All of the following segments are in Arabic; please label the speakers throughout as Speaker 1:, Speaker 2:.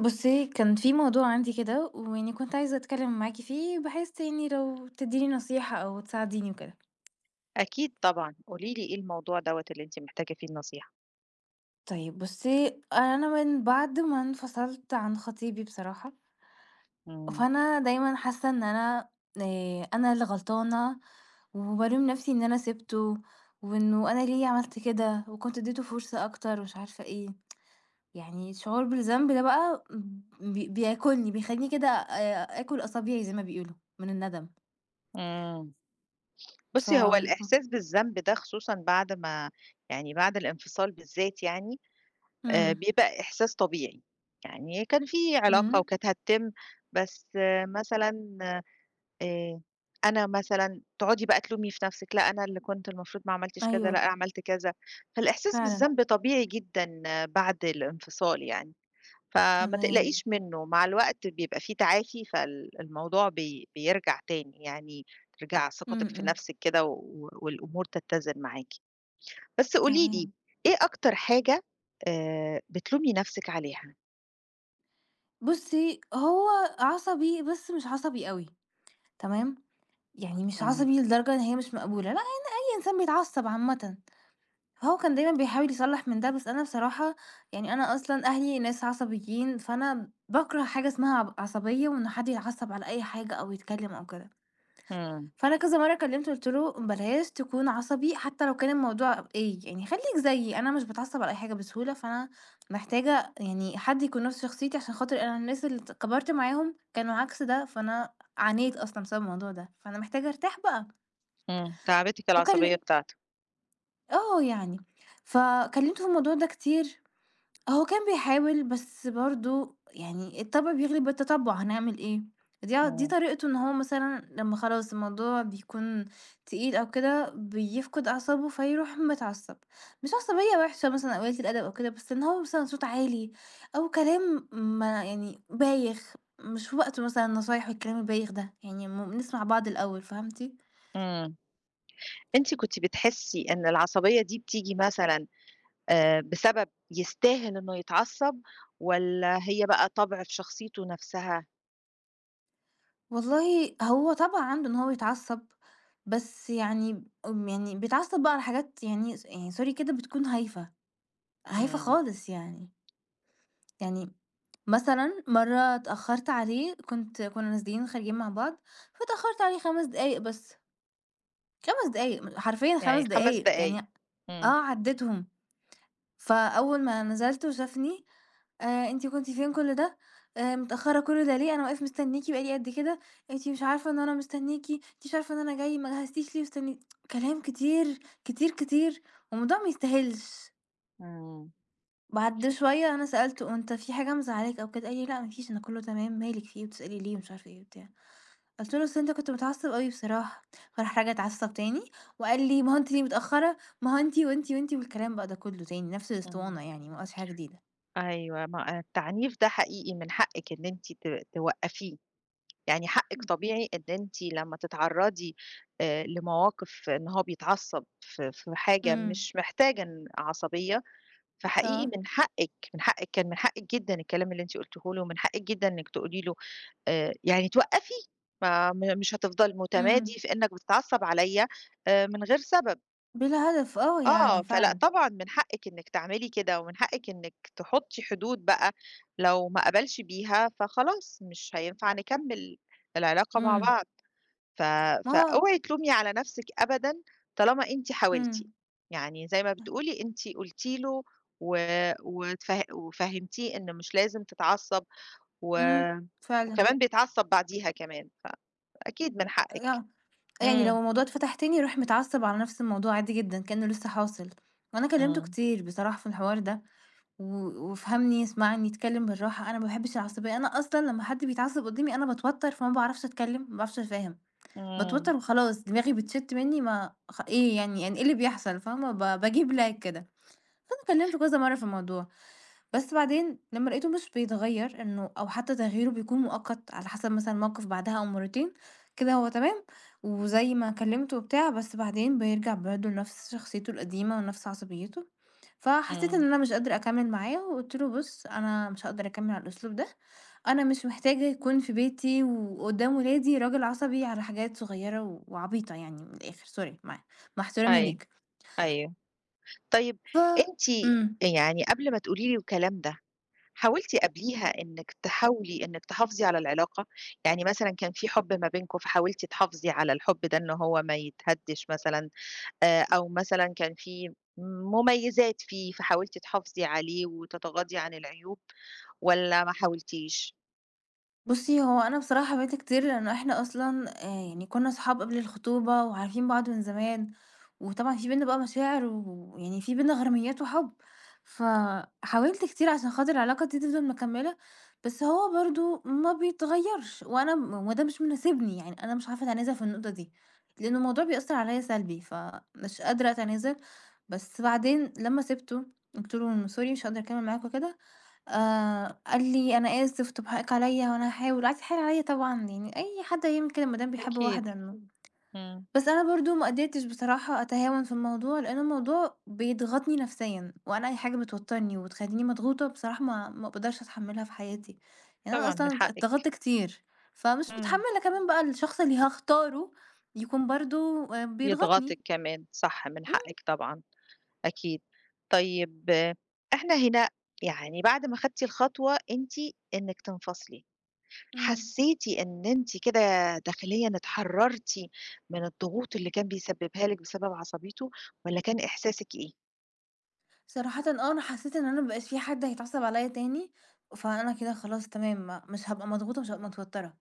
Speaker 1: بُصّي، كان في موضوع عندي كده ويعني كنت عايزة أتكلّم معاكِ فيه، بحيث يعني لو تدّيني نصيحة أو تساعديني وكده.
Speaker 2: أكيد طبعًا، قولي لي إيه الموضوع دوّة اللي أنتِ محتاجة فيه النصيحة؟
Speaker 1: طيب بُصّي، أنا من بعد ما انفصلت عن خطيبي بصراحة،
Speaker 2: إمم.
Speaker 1: فأنا دايمًا حاسة إن أنا اللي غلطانة وبالوم نَفْسي إن أنا سِبته وإنه أنا ليه عملت كده وكنت ادّيته فرصة أكتر ومش عارفة إيه. يعني الشعور بالذنب ده بقى بياكلني، بيخلّيني كده آكُل أصابعي زي ما بيقولوا من الندم.
Speaker 2: إمم.
Speaker 1: ف
Speaker 2: بُصّي، هو الإحساس بالذنب ده خصوصًا بعد ما يعني بعد الانفصال بالذات يعني،
Speaker 1: إمم.
Speaker 2: بيبقى إحساس طبيعي. يعني كان في علاقة
Speaker 1: إمم،
Speaker 2: وكانت هتتم، بس مثلًا آآ أنا مثلًا تقعدي بقى تلومي في نفسِك، لأ أنا اللي كنت المفروض ما عملتش كذا، لأ
Speaker 1: أيوه
Speaker 2: عملت كذا. فالإحساس
Speaker 1: فعلًا،
Speaker 2: بالذنب طبيعي جدًا بعد الانفصال يعني، فما
Speaker 1: تمام،
Speaker 2: تقلقيش منه، مع الوقت بيبقى في تعافي فال الموضوع بيرجع تاني، يعني ترجع
Speaker 1: إمم،
Speaker 2: ثقتِك في
Speaker 1: إمم،
Speaker 2: نفسِك كده و والأمور تتزن معاكِ. بس قولي لي
Speaker 1: تمام.
Speaker 2: إيه أكتر حاجة بتلومي نفسِك عليها؟
Speaker 1: بُصّي، هو عصبي بس مش عصبي أوي، تمام؟ يعني مش
Speaker 2: إمم.
Speaker 1: عصبي لدرجة إن هي مش مقبولة، لأ، أي إنسان بيتعصب عامةً، فهو كان دايمًا بيحاول يصلّح من ده، بس أنا بصراحة يعني أنا أصلًا أهلي ناس عصبيين، فأنا باكره حاجة اسمها عصبية وإن حد يتعصب على أي حاجة أو يتكلم أو كده.
Speaker 2: إمم.
Speaker 1: فأنا كذا مرّة كلّمته قُلت له: "بلاش تكون عصبي حتى لو كان الموضوع إيه، يعني خلّيك زيي، أنا مش باتعصّب على أي حاجة بسهولة، فأنا محتاجة يعني حد يكون نَفْس شخصيتي عشان خاطر أنا الناس اللي كبرت معاهم كانوا عكس ده، فأنا عانيت أصلًا بسبب الموضوع ده، فأنا محتاجة أرتاح بقى."
Speaker 2: إمم. تعبتِك
Speaker 1: وكل
Speaker 2: العصبية بتاعته.
Speaker 1: آه يعني، فكلّمته في الموضوع ده كتير، هو كان بيحاول بس برضه يعني الطبع بيغلب التتبع، هنعمل إيه، دي
Speaker 2: إمم.
Speaker 1: طريقته، إن هو مثلًا لمّا خلاص الموضوع بيكون تقيل أو كده بيفقد أعصابه فيروح متعصب، مش عصبية وحشة مثلًا أو قلة الأدب أو كده، بس إن هو مثلًا صوت عالي أو كلام ما يعني بايخ مش في وقته مثلًا، النصايح والكلام البايخ ده، يعني نسمع بعض الأول، فهمتِ؟
Speaker 2: إمم. أنتِ كنتِ بتحسّي إن العصبية دي بتيجي مثلًا بسبب يستاهل إنه يتعصّب، والّا هي بقى طَبْع في شخصيته نَفْسها؟
Speaker 1: والله هو طبعًا عنده إن هو يتعصّب، بس يعني يعني بيتعصّب بقى على حاجات يعني يعني sorry كده بتكون هايفة، هايفة
Speaker 2: إمم.
Speaker 1: خالص يعني. يعني مثلًا مرّة اتأخّرت عليه، كُنّا نازلين خارجين مع بعض، فاتأخّرت عليه 5 دقايق بس، 5 دقايق حرفيًا 5
Speaker 2: يعني 5
Speaker 1: دقايق يعني،
Speaker 2: دقايق.
Speaker 1: آه
Speaker 2: إمم.
Speaker 1: عدّيتهم، فأول ما نزلت وشافني: أنتِ كنتِ فين كل ده؟ متأخرة كل ده ليه؟ أنا واقف مستنيكِ بقى لي قد كده، أنتِ مش عارفة إن أنا مستنيكِ، أنتِ مش عارفة إن أنا جاي، ما جهزتيش ليه واستني"، كلام كتير، كتير، كتير، والموضوع ما يستاهلش.
Speaker 2: إمم.
Speaker 1: بعد شوية أنا سألته: "هو أنت في حاجة مزعلاك أو كده؟" قال لي: "لأ، ما فيش، أنا كله تمام، مالِك في إيه بتسألي ليه؟" ومش عارفة إيه وبتاع. قُلت له: "أصل أنت كنت متعصب أوي بصراحة." فراح راجع اتعصب تاني وقال لي: "ما هو أنتِ ليه متأخرة؟ ما هو أنتِ وأنتِ وأنتِ." والكلام بقى ده كله تاني، نفس
Speaker 2: إمم.
Speaker 1: الأسطوانة يعني، ما قالش حاجة جديدة.
Speaker 2: أيوه، ما التعنيف ده حقيقي من حقِّك إن أنتِ توقّفيه، يعني حقِّك طبيعي إن أنتِ لمّا تتعرّضي لمواقف إن هو بيتعصّب في حاجة
Speaker 1: إمم،
Speaker 2: مش محتاجة إن عصبية. فحقيقي
Speaker 1: آه،
Speaker 2: من حقِّك، من حقِّك، كان من حقِّك جدًا الكلام اللي أنتِ قُلتيه له، ومن حقِّك جدًا إنِّك تقولي له يعني توقّفي، ما م مش هتفضل
Speaker 1: إمم.
Speaker 2: مُتمادي في إنّك بتتعصّب عليّا من غير سبب.
Speaker 1: بلا هدف، آه، يعني
Speaker 2: آه، فلأ
Speaker 1: فعلًا،
Speaker 2: طبعًا من حقِّك إنِّك تعملي كده، ومن حقِّك إنِّك تحُطّي حدود بقى، لو ما قبلش بيها فخلاص مش هينفع نكمّل العلاقة مع
Speaker 1: إمم،
Speaker 2: بعض. ف
Speaker 1: ما هو،
Speaker 2: فاوعي تلومي على نفسِك أبدًا طالما أنتِ حاولتِ،
Speaker 1: إمم،
Speaker 2: يعني زي ما بتقولي أنتِ قلتِ له و وفهمتيه إن مش لازم تتعصب و
Speaker 1: إمم، فعلًا.
Speaker 2: وكمان بيتعصب بعديها كمان، فأكيد من حقِك.
Speaker 1: يع يعني لو
Speaker 2: إمم.
Speaker 1: الموضوع اتفتح تاني يروح متعصب على نفس الموضوع عادي جدًا كأنه لسه حاصل، وأنا كلمته
Speaker 2: إمم.
Speaker 1: كتير بصراحة في الحوار ده، و وفهمني، يسمعني، يتكلم بالراحة. أنا ما باحبش العصبية، أنا أصلًا لمّا حد بيتعصب قدامي أنا باتوتر، فما باعرفش أتكلم، ما باعرفش أتفاهم،
Speaker 2: إمم.
Speaker 1: باتوتر وخلاص، دماغي بتشِت مني، ما خ إيه يعني إيه اللي بيحصل، فاهمة؟ باجيب lag كده، فأنا كلمته كذا مرة في الموضوع. بس بعدين لمّا لقيته مش بيتغيّر، إنه أو حتى تغييره بيكون مؤقت على حسب مثلًا موقف بعدها أو مرّتين، كده هو تمام وزي ما كلّمته وبتاع، بس بعدين بيرجع برضه لنفْس شخصيته القديمة ونفْس عصبيته، فحسّيت إن
Speaker 2: إمم.
Speaker 1: أنا مش قادرة أكمّل معاه وقُلت له: "بُص، أنا مش هاقدر أكمّل على الأسلوب ده، أنا مش محتاجة يكون في بيتي وقدّام ولادي راجل عصبي على حاجات صغيّرة و وعبيطة، يعني من الآخر، sorry، مع احترامي
Speaker 2: أيوه،
Speaker 1: ليك."
Speaker 2: أيوه. طيب
Speaker 1: ف
Speaker 2: أنتِ،
Speaker 1: إمم.
Speaker 2: يعني قبل ما تقولي لي الكلام ده حاولتِ قبليها إنِّك تحاولي إنِّك تحافظي على العلاقة؟ يعني مثلًا كان في حُب ما بينكم فحاولتِ تحافظي على الحُب ده إن هو ما يتهدِّش مثلًا، أو مثلًا كان في مميزات فيه فحاولتِ تحافظي عليه وتتغاضي عن العيوب، والّا ما حاولتيش؟
Speaker 1: بُصّي، هو أنا بصراحة حبيتها كتير، لإنه إحنا أصلًا يعني كُنّا صحاب قبل الخطوبة وعارفين بعض من زمان، وطبعًا في بيننا بقى مشاعر ويعني في بيننا غراميات وحُب، فحاولت كتير عشان خاطر العلاقة دي تفضل مكمّلة، بس هو برضه ما بيتغيّرش، وأنا م وده مش مناسبني، يعني أنا مش عارفة أتنازل في النقطة دي، لإن الموضوع بيأثّر عليّا سلبي، فمش قادرة أتنازل. بس بعدين لمّا سِبته قُلت له: "sorry مش هاقدر أكمّل معاك وكده." قال لي: "أنا آسف، طَب حقِّك عليّا وأنا هاحاول." قعد يتحايل عليّا طبعًا، يعني أي حد هيعمل كده ما دام بيحب
Speaker 2: أكيد.
Speaker 1: واحدة، إنه
Speaker 2: إمم.
Speaker 1: بس أنا برضه ما قدرتش بصراحة أتهاون في الموضوع، لإن الموضوع بيضغطني نفسيًا، وأنا أي حاجة بتوتّرني وبتخلّيني مضغوطة بصراحة ما باقدرش أتحمّلها في حياتي، يعني أنا
Speaker 2: طبعًا من
Speaker 1: أصلًا
Speaker 2: حقِّك.
Speaker 1: اتضغطت كتير، فمش
Speaker 2: إمم.
Speaker 1: متحمّلة كمان بقى الشخص اللي هاختاره يكون برضه
Speaker 2: يضغطِك
Speaker 1: بيضغطني.
Speaker 2: كمان، صح، من
Speaker 1: إمم.
Speaker 2: حقِّك طبعًا. أكيد. طيب آه، إحنا هنا يعني بعد ما خدتِ الخطوة أنتِ إنِّك تنفصلي.
Speaker 1: إمم.
Speaker 2: حسّيتِ إن أنتِ كده داخليًا اتحرّرتِ من الضغوط اللي كان بيسبّبها لِك بسبب عصبيته، والّا كان إحساسِك إيه؟
Speaker 1: صراحةً آه، أنا حسّيت إن أنا ما بقاش في حد هيتعصب عليّا تاني، فأنا كده خلاص تمام، ما مش هابقى مضغوطة، مش هابقى متوتّرة،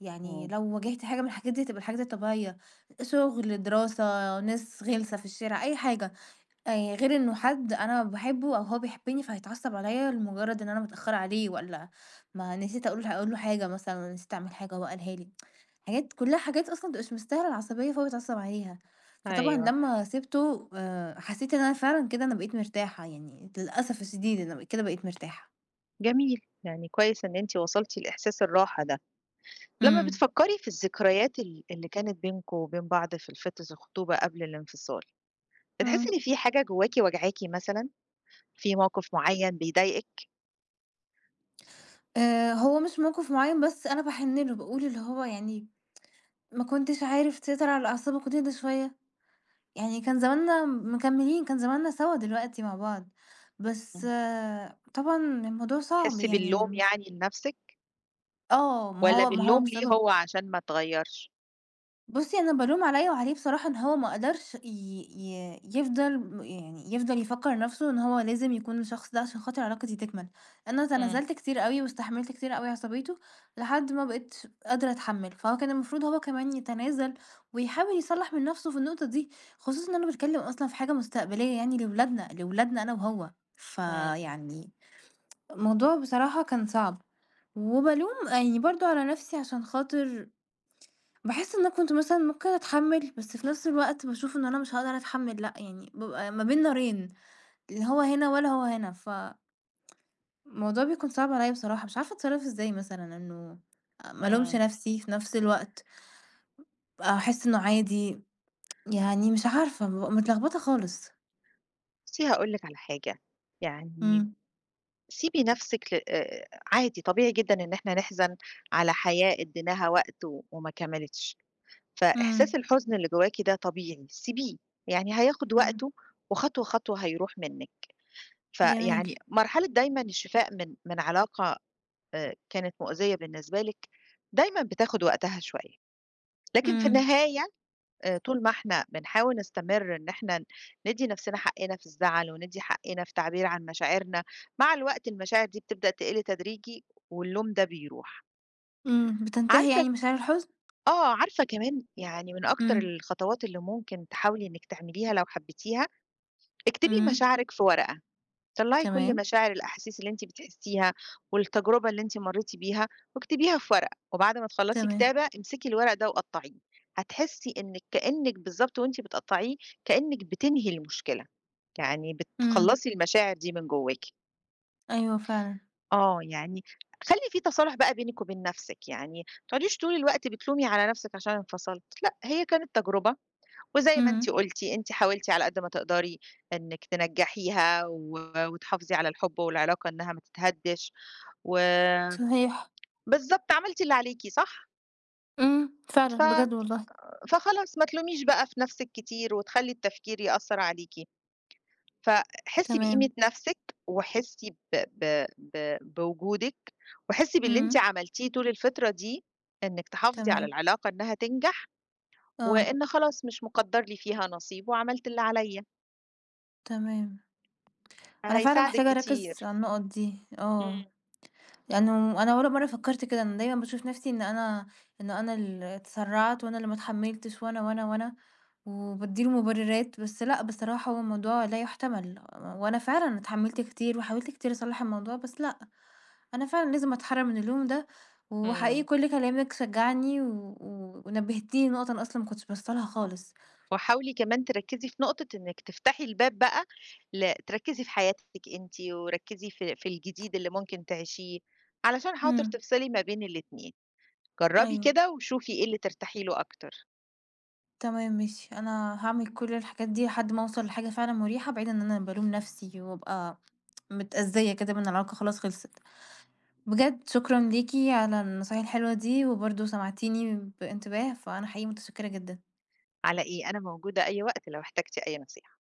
Speaker 1: يعني
Speaker 2: إمم.
Speaker 1: لو واجهت حاجة من الحاجات دي هتبقى الحاجات الطبيعية، شغل، دراسة، ناس غِلسة في الشارع، أي حاجة، أي غير إنه حد أنا باحبه أو هو بيحبني فهيتعصب عليَّ لمجرد إن أنا متأخرة عليه، والّا ما نسيت أقول له حاجة مثلًا، والّا نسيت أعمل حاجة وهو قالها لي، حاجات كلها حاجات أصلًا ما بتبقاش مستاهلة العصبية فهو بيتعصب عليها. فطبعًا
Speaker 2: أيوه،
Speaker 1: لمّا سِبته حسيت إن أنا فعلًا كده أنا بقيت مرتاحة، يعني للأسف الشديد أنا كده بقيت مرتاحة.
Speaker 2: جميل، يعني كويس إن أنتِ وصلتِ لإحساس الراحة ده. لمّا
Speaker 1: إمم،
Speaker 2: بتفكّري في الذكريات اللي كانت بينكم وبين بعض في فترة الخطوبة قبل الانفصال، بتحسّي
Speaker 1: إمم.
Speaker 2: إن في حاجة جواكِ واجعاكِ مثلًا، في موقف معيّن بيضايقِك؟
Speaker 1: هو مش موقف معين، بس أنا باحن له، باقول اللي هو يعني ما كنتش عارف تسيطر على أعصابك وتهدى شوية. يعني كان زماننا مكمّلين، كان زماننا سوا دلوقتي مع بعض، بس
Speaker 2: إمم.
Speaker 1: آه، طبعًا الموضوع صعب
Speaker 2: تحسّي
Speaker 1: يعني.
Speaker 2: باللوم يعني لنَفْسِك،
Speaker 1: آه، ما
Speaker 2: والّا
Speaker 1: هو ما هو
Speaker 2: باللوم ليه
Speaker 1: بسبب
Speaker 2: هو عشان ما اتغيّرش؟
Speaker 1: بُصّي، أنا بالوم عليّا وعليه بصراحة، إن هو ما قدرش ي ي يفضل م يعني يفضل يفكّر نَفْسه إن هو لازم يكون الشخص ده عشان خاطر العلاقة دي تكمل. أنا
Speaker 2: إمم.
Speaker 1: تنازلت كتير أوي واستحملت كتير أوي عصبيته لحد ما بقيتش قادرة أتحمّل، فهو كان المفروض هو كمان يتنازل ويحاول يصلّح من نَفْسه في النقطة دي، خصوصًا إن أنا باتكلّم أصلًا في حاجة مستقبلية، يعني لولادنا، لولادنا أنا وهو،
Speaker 2: إمم.
Speaker 1: فيعني الموضوع بصراحة كان صعب. وبالوم يعني برضه على نَفْسي عشان خاطر باحس إن أنا كنت مثلًا ممكن أتحمّل، بس في نفس الوقت باشوف إن أنا مش هاقدر أتحمّل، لأ، يعني بابقى ما بين نارين، اللي هو هنا ولا هو هنا، فالموضوع بيكون صعب عليّا بصراحة، مش عارفة أتصرّف إزاي مثلًا، إنه ما ألومش
Speaker 2: إمم.
Speaker 1: نفسي، في نفس الوقت أحس إنه عادي، يعني مش عارفة، بابقى متلخبطة خالص.
Speaker 2: بُصّي، هاقول لِك على حاجة، يعني
Speaker 1: إمم،
Speaker 2: سيبي نَفْسِك ل عادي طبيعي جدًا إن إحنا نحزن على حياة ادّيناها وقت وما كملِتش.
Speaker 1: إمم،
Speaker 2: فإحساس الحزن اللي جواكِ ده طبيعي، سيبيه، يعني هياخُد
Speaker 1: فاهمة،
Speaker 2: وقته وخطوة، خطوة هيروح منِّك.
Speaker 1: جميل،
Speaker 2: فيعني مرحلة دايمًا الشفاء من علاقة كانت مؤذية بالنسبة لِك، دايمًا بتاخُد وقتها شوية. لكن في
Speaker 1: إمم،
Speaker 2: النهاية طول ما إحنا بنحاول نستمر إن إحنا ندّي نَفْسنا حقّنا في الزعل، وندّي حقّنا في تعبير عن مشاعرنا، مع الوقت المشاعر دي بتبدأ تقِل تدريجي واللوم ده بيروح.
Speaker 1: إمم، بتنتهي يعني
Speaker 2: عارفة،
Speaker 1: مشاعر الحزن؟
Speaker 2: آه، عارفة كمان يعني من أكتر
Speaker 1: إمم،
Speaker 2: الخطوات اللي ممكن تحاولي إنِّك تعمليها لو حبّيتيها، اكتبي
Speaker 1: إمم،
Speaker 2: مشاعرِك في ورقة. طلّعي كل
Speaker 1: تمام،
Speaker 2: مشاعر الأحاسيس اللي أنتِ بتحسيها، والتجربة اللي أنتِ مرّيتِ بيها، واكتبيها في ورقة، وبعد ما تخلّصي
Speaker 1: تمام،
Speaker 2: كتابة امسكي الورق ده وقطّعيه، هتحسي إنِّك كإنِّك بالضبط وأنتِ بتقطّعيه كإنِّك بتنهي المشكلة، يعني
Speaker 1: إمم،
Speaker 2: بتخلّصي المشاعر دي من جواكِ.
Speaker 1: أيوه فعلًا،
Speaker 2: آه، يعني خلّي في تصالح بقى بينِك وبين نَفْسِك، يعني ما تقعديش طول الوقت بتلومي على نَفْسِك عشان انفصلت، لأ هي كانت تجربة، وزي ما أنتِ
Speaker 1: إمم،
Speaker 2: قُلتِ، أنتِ حاولتِ على قد ما تقدري إنِّك تنجّحيها وتحافظي على الحُب والعلاقة إنّها ما تتهدّش، و
Speaker 1: صحيح.
Speaker 2: بالضبط عملتِ اللي عليكِ، صح؟
Speaker 1: إمم،
Speaker 2: ف
Speaker 1: فعلًا بجد والله،
Speaker 2: فخلاص ما تلوميش بقى في نَفْسِك كتير وتخلّي التفكير يأثّر عليكِ، فحسّي
Speaker 1: تمام،
Speaker 2: بقيمة نَفْسِك وحسّي ب ب ب بوجودِك، وحسّي باللي أنتِ
Speaker 1: إمم،
Speaker 2: عملتيه طول الفترة دي إنِّك تحافظي على
Speaker 1: تمام،
Speaker 2: العلاقة إنّها تنجح،
Speaker 1: آه،
Speaker 2: وإن خلاص مش مُقدّر لي فيها نصيب وعملت اللي عليّا،
Speaker 1: تمام. أنا فعلًا
Speaker 2: فهيساعدِك
Speaker 1: محتاجة أركّز
Speaker 2: كتير.
Speaker 1: على النُقط دي،
Speaker 2: إمم.
Speaker 1: آه، لأنه أنا ولا مرّة فكّرت كده، أنا دايمًا باشوف نَفْسي إن أنا إنه أنا اللي اتسرّعت وأنا اللي ما اتحمّلتش وأنا، وأنا، وأنا، وبادّي له مُبررات، بس لأ، بصراحة هو الموضوع لا يُحتمل، وأنا فعلًا اتحمّلت كتير وحاولت كتير أصلّح الموضوع، بس لأ، أنا فعلًا لازم أتحرّر من اللوم ده، وحقيقي
Speaker 2: إمم.
Speaker 1: كل كلامِك شجّعني و و ونبّهتيني لنُقط أنا أصلًا ما كنتش باصّة لها خالص.
Speaker 2: وحاولي كمان تركّزي في نقطة إنِّك تفتحي الباب بقى تركّزي في حياتِك أنتِ، وركّزي في الجديد اللي ممكن تعيشيه، علشان حاضر
Speaker 1: إمم.
Speaker 2: تفصلي ما بين الاتنين. جرّبي
Speaker 1: أيوه،
Speaker 2: كده وشوفي إيه اللي ترتاحي له أكتر.
Speaker 1: تمام ماشي، أنا هاعمل كل الحاجات دي لحد ما أوصل لحاجة فعلًا مُريحة، بعيد عن إن أنا بالوم نفسي وابقى متأذية كده بإن العلاقة خلاص خلصت. بجد شكرًا ليكِ على النصايح الحلوة دي، وبرضه سمعتيني بانتباه، فأنا حقيقي متشكرة جدًا.
Speaker 2: على إيه، أنا موجودة أي وقت لو احتجتِ أي نصيحة.